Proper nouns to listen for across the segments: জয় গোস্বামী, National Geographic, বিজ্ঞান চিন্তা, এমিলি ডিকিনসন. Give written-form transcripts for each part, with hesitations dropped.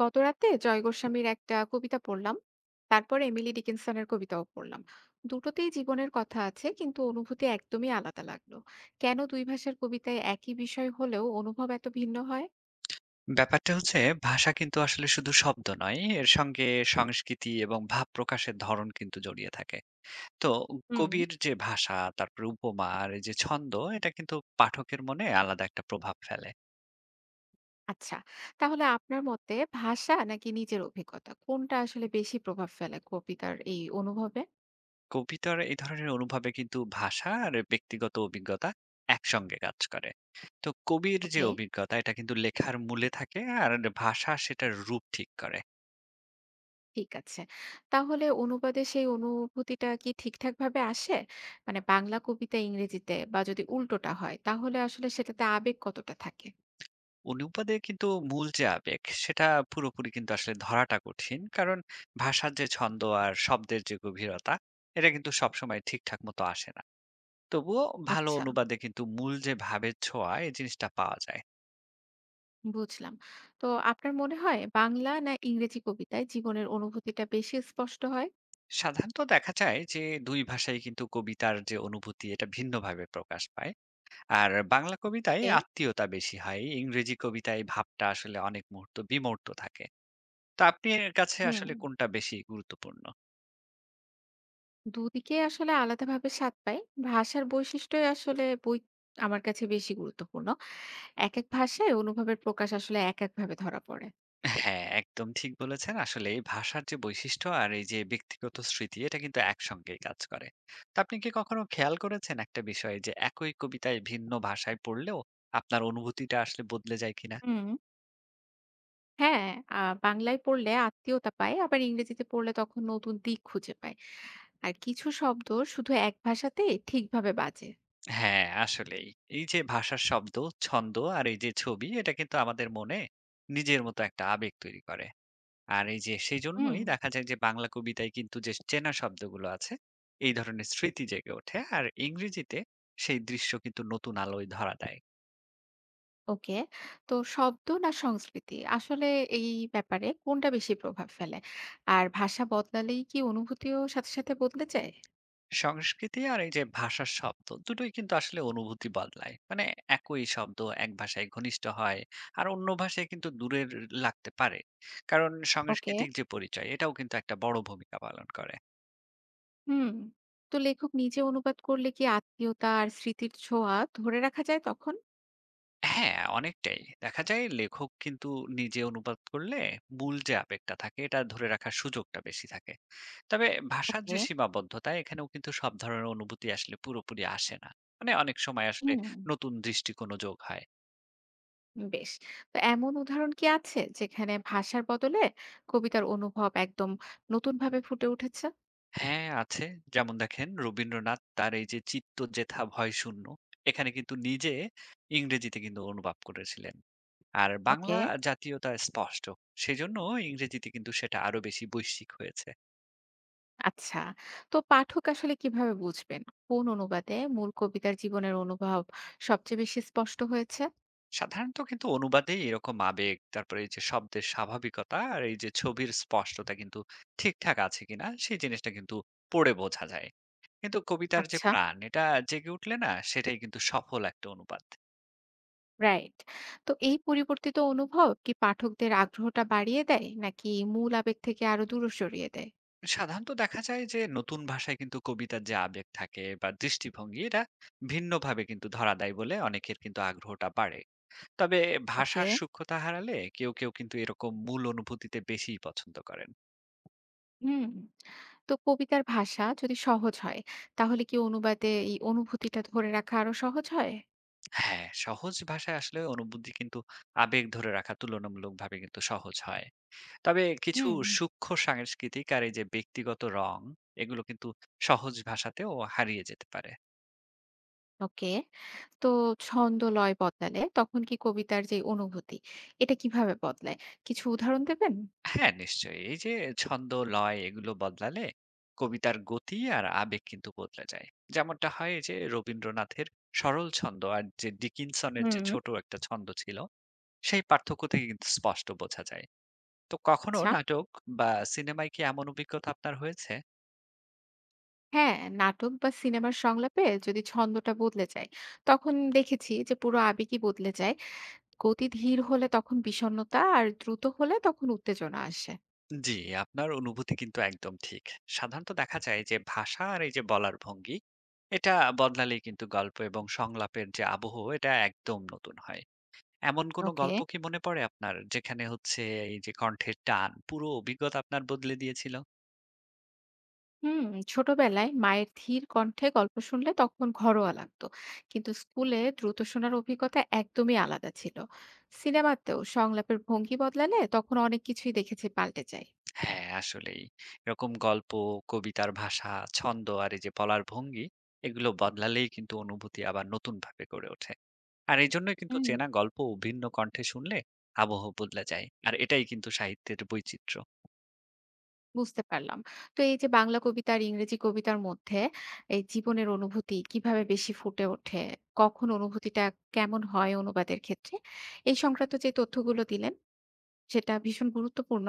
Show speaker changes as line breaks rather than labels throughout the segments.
গতরাতে জয় গোস্বামীর একটা কবিতা পড়লাম। তারপর Emily ডিকিনসনের কবিতাও পড়লাম। দুটোতেই জীবনের কথা আছে, কিন্তু অনুভূতি একদমই আলাদা লাগলো। কেন দুই ভাষার কবিতায় একই বিষয় হলেও অনুভব এত ভিন্ন হয়?
ব্যাপারটা হচ্ছে ভাষা কিন্তু আসলে শুধু শব্দ নয়, এর সঙ্গে সংস্কৃতি এবং ভাব প্রকাশের ধরন কিন্তু জড়িয়ে থাকে। তো
হুম।
কবির যে ভাষা, তারপরে উপমা আর এই যে ছন্দ, এটা কিন্তু পাঠকের মনে আলাদা একটা প্রভাব ফেলে।
আচ্ছা, তাহলে আপনার মতে ভাষা নাকি নিজের অভিজ্ঞতা, কোনটা আসলে বেশি প্রভাব ফেলে কবিতার এই অনুভবে?
কবিতার এই ধরনের অনুভবে কিন্তু ভাষা আর ব্যক্তিগত অভিজ্ঞতা একসঙ্গে কাজ করে। তো কবির যে
ওকে।
অভিজ্ঞতা, এটা কিন্তু লেখার মূলে থাকে আর ভাষা সেটার রূপ ঠিক করে।
ঠিক আছে। তাহলে অনুবাদে সেই অনুভূতিটা কি ঠিকঠাকভাবে আসে? মানে বাংলা কবিতা ইংরেজিতে বা যদি উল্টোটা হয়, তাহলে আসলে সেটাতে আবেগ কতটা থাকে?
অনুবাদে কিন্তু মূল যে আবেগ সেটা পুরোপুরি কিন্তু আসলে ধরাটা কঠিন, কারণ ভাষার যে ছন্দ আর শব্দের যে গভীরতা এটা কিন্তু সবসময় ঠিকঠাক মতো আসে না। তবুও ভালো
আচ্ছা,
অনুবাদে কিন্তু মূল যে ভাবের ছোঁয়া এই জিনিসটা পাওয়া যায়।
বুঝলাম। তো আপনার মনে হয় বাংলা না ইংরেজি কবিতায় জীবনের অনুভূতিটা বেশি স্পষ্ট হয়?
সাধারণত দেখা যায় যে দুই ভাষায় কিন্তু কবিতার যে অনুভূতি এটা ভিন্নভাবে প্রকাশ পায়। আর বাংলা কবিতায়
এ
আত্মীয়তা বেশি হয়, ইংরেজি কবিতায় ভাবটা আসলে অনেক মুহূর্ত বিমূর্ত থাকে। তো আপনার কাছে
হুম।
আসলে কোনটা বেশি গুরুত্বপূর্ণ?
দুদিকে আসলে আলাদাভাবে স্বাদ পাই। ভাষার বৈশিষ্ট্যই আসলে বই আমার কাছে বেশি গুরুত্বপূর্ণ। একেক ভাষায় অনুভবের প্রকাশ আসলে একেকভাবে ধরা পড়ে।
হ্যাঁ, একদম ঠিক বলেছেন। আসলে এই ভাষার যে বৈশিষ্ট্য আর এই যে ব্যক্তিগত স্মৃতি এটা কিন্তু একসঙ্গেই কাজ করে। তো আপনি কি কখনো খেয়াল করেছেন একটা বিষয় যে একই কবিতায় ভিন্ন ভাষায় পড়লেও আপনার অনুভূতিটা আসলে বদলে যায় কিনা?
হুম। হ্যাঁ, আ বাংলায় পড়লে আত্মীয়তা পায়, আবার ইংরেজিতে পড়লে তখন নতুন দিক খুঁজে পায়। আর কিছু শব্দ শুধু এক ভাষাতে ঠিকভাবে বাজে।
হ্যাঁ, আসলেই। এই যে ভাষার শব্দ, ছন্দ আর এই যে ছবি এটা কিন্তু আমাদের মনে নিজের মতো একটা আবেগ তৈরি করে। আর এই যে
হুম।
সেইজন্যই দেখা যায় যে বাংলা কবিতায় কিন্তু যে চেনা শব্দগুলো আছে, এই ধরনের স্মৃতি জেগে ওঠে। আর ইংরেজিতে সেই দৃশ্য কিন্তু নতুন আলোয় ধরা দেয়।
ওকে। তো শব্দ না সংস্কৃতি, আসলে এই ব্যাপারে কোনটা বেশি প্রভাব ফেলে? আর ভাষা বদলালেই কি অনুভূতিও সাথে, সাথে বদলে যায়?
সংস্কৃতি আর এই যে ভাষার শব্দ দুটোই কিন্তু আসলে অনুভূতি বদলায়। মানে একই শব্দ এক ভাষায় ঘনিষ্ঠ হয় আর অন্য ভাষায় কিন্তু দূরের লাগতে পারে, কারণ
ওকে।
সাংস্কৃতিক যে পরিচয় এটাও কিন্তু একটা বড় ভূমিকা পালন করে।
হুম। তো লেখক নিজে অনুবাদ করলে কি আত্মীয়তা আর স্মৃতির ছোঁয়া ধরে রাখা যায় তখন?
হ্যাঁ, অনেকটাই দেখা যায় লেখক কিন্তু নিজে অনুবাদ করলে মূল যে আবেগটা থাকে এটা ধরে রাখার সুযোগটা বেশি থাকে। তবে ভাষার
ওকে।
যে সীমাবদ্ধতা, এখানেও কিন্তু সব ধরনের অনুভূতি আসলে পুরোপুরি আসে না। মানে অনেক সময় আসলে
হুম।
নতুন দৃষ্টিকোণ যোগ হয়।
বেশ। তো এমন উদাহরণ কি আছে যেখানে ভাষার বদলে কবিতার অনুভব একদম নতুনভাবে ফুটে উঠেছে?
হ্যাঁ, আছে। যেমন দেখেন রবীন্দ্রনাথ তার এই যে 'চিত্ত যেথা ভয় শূন্য' এখানে কিন্তু নিজে ইংরেজিতে কিন্তু অনুবাদ করেছিলেন। আর
ওকে।
বাংলা জাতীয়তা স্পষ্ট। সেজন্য ইংরেজিতে কিন্তু সেটা আরো বেশি বৈশ্বিক হয়েছে।
আচ্ছা। তো পাঠক আসলে কিভাবে বুঝবেন কোন অনুবাদে মূল কবিতার জীবনের অনুভব সবচেয়ে বেশি স্পষ্ট হয়েছে?
সাধারণত কিন্তু অনুবাদেই এরকম আবেগ, তারপরে এই যে শব্দের স্বাভাবিকতা আর এই যে ছবির স্পষ্টতা কিন্তু ঠিকঠাক আছে কিনা সেই জিনিসটা কিন্তু পড়ে বোঝা যায়। কিন্তু কবিতার যে
আচ্ছা।
প্রাণ এটা জেগে উঠলে না সেটাই কিন্তু সফল একটা অনুবাদ।
রাইট। তো এই পরিবর্তিত অনুভব কি পাঠকদের আগ্রহটা বাড়িয়ে দেয়, নাকি মূল আবেগ থেকে আরো দূরে সরিয়ে দেয়?
সাধারণত দেখা যায় যে নতুন ভাষায় কিন্তু কবিতার যে আবেগ থাকে বা দৃষ্টিভঙ্গি এটা ভিন্নভাবে কিন্তু ধরা দেয় বলে অনেকের কিন্তু আগ্রহটা বাড়ে। তবে
ওকে।
ভাষার সূক্ষ্মতা হারালে কেউ কেউ কিন্তু এরকম মূল অনুভূতিতে বেশি পছন্দ করেন।
হুম। তো কবিতার ভাষা যদি সহজ হয় তাহলে কি অনুবাদে এই অনুভূতিটা ধরে রাখা আরো সহজ হয়?
হ্যাঁ, সহজ ভাষায় আসলে অনুভূতি কিন্তু আবেগ ধরে রাখা তুলনামূলকভাবে কিন্তু সহজ হয়। তবে কিছু
হুম।
সূক্ষ্ম সাংস্কৃতিক আর এই যে ব্যক্তিগত রং, এগুলো কিন্তু সহজ ভাষাতেও হারিয়ে যেতে পারে।
ওকে। তো ছন্দ লয় বদলালে তখন কি কবিতার যে অনুভূতি, এটা কিভাবে বদলায়? কিছু উদাহরণ দেবেন?
হ্যাঁ, নিশ্চয়ই। এই যে ছন্দ, লয় এগুলো বদলালে কবিতার গতি আর আবেগ কিন্তু বদলে যায়। যেমনটা হয় এই যে রবীন্দ্রনাথের সরল ছন্দ আর যে ডিকিনসনের যে
হুম।
ছোট একটা ছন্দ ছিল, সেই পার্থক্য থেকে কিন্তু স্পষ্ট বোঝা যায়। তো কখনো
আচ্ছা।
নাটক বা সিনেমায় কি এমন অভিজ্ঞতা আপনার হয়েছে?
হ্যাঁ, নাটক বা সিনেমার সংলাপে যদি ছন্দটা বদলে যায়, তখন দেখেছি যে পুরো আবেগই বদলে যায়। গতি ধীর হলে তখন বিষণ্ণতা, আর দ্রুত হলে তখন উত্তেজনা আসে।
জি, আপনার অনুভূতি কিন্তু একদম ঠিক। সাধারণত দেখা যায় যে ভাষা আর এই যে বলার ভঙ্গি, এটা বদলালেই কিন্তু গল্প এবং সংলাপের যে আবহ এটা একদম নতুন হয়। এমন কোনো
ওকে।
গল্প কি মনে পড়ে আপনার, যেখানে হচ্ছে এই যে কণ্ঠের টান পুরো অভিজ্ঞতা আপনার বদলে দিয়েছিল?
হুম। ছোটবেলায় মায়ের ধীর কণ্ঠে গল্প শুনলে তখন ঘরোয়া লাগতো, কিন্তু স্কুলে দ্রুত শোনার অভিজ্ঞতা একদমই আলাদা ছিল। সিনেমাতেও সংলাপের ভঙ্গি বদলালে তখন অনেক কিছুই দেখেছি পাল্টে যায়।
হ্যাঁ, আসলেই। এরকম গল্প, কবিতার ভাষা, ছন্দ আর এই যে বলার ভঙ্গি, এগুলো বদলালেই কিন্তু অনুভূতি আবার নতুনভাবে গড়ে ওঠে। আর এজন্যই কিন্তু
হুম।
চেনা গল্প ভিন্ন কণ্ঠে শুনলে আবহ বদলে যায়। আর এটাই কিন্তু সাহিত্যের বৈচিত্র্য।
বুঝতে পারলাম। তো এই যে বাংলা কবিতা আর ইংরেজি কবিতার মধ্যে এই জীবনের অনুভূতি কিভাবে বেশি ফুটে ওঠে, কখন অনুভূতিটা কেমন হয় অনুবাদের ক্ষেত্রে, এই সংক্রান্ত যে তথ্যগুলো দিলেন, সেটা ভীষণ গুরুত্বপূর্ণ।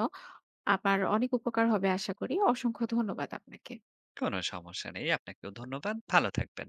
আবার অনেক উপকার হবে আশা করি। অসংখ্য ধন্যবাদ আপনাকে।
কোনো সমস্যা নেই। আপনাকেও ধন্যবাদ। ভালো থাকবেন।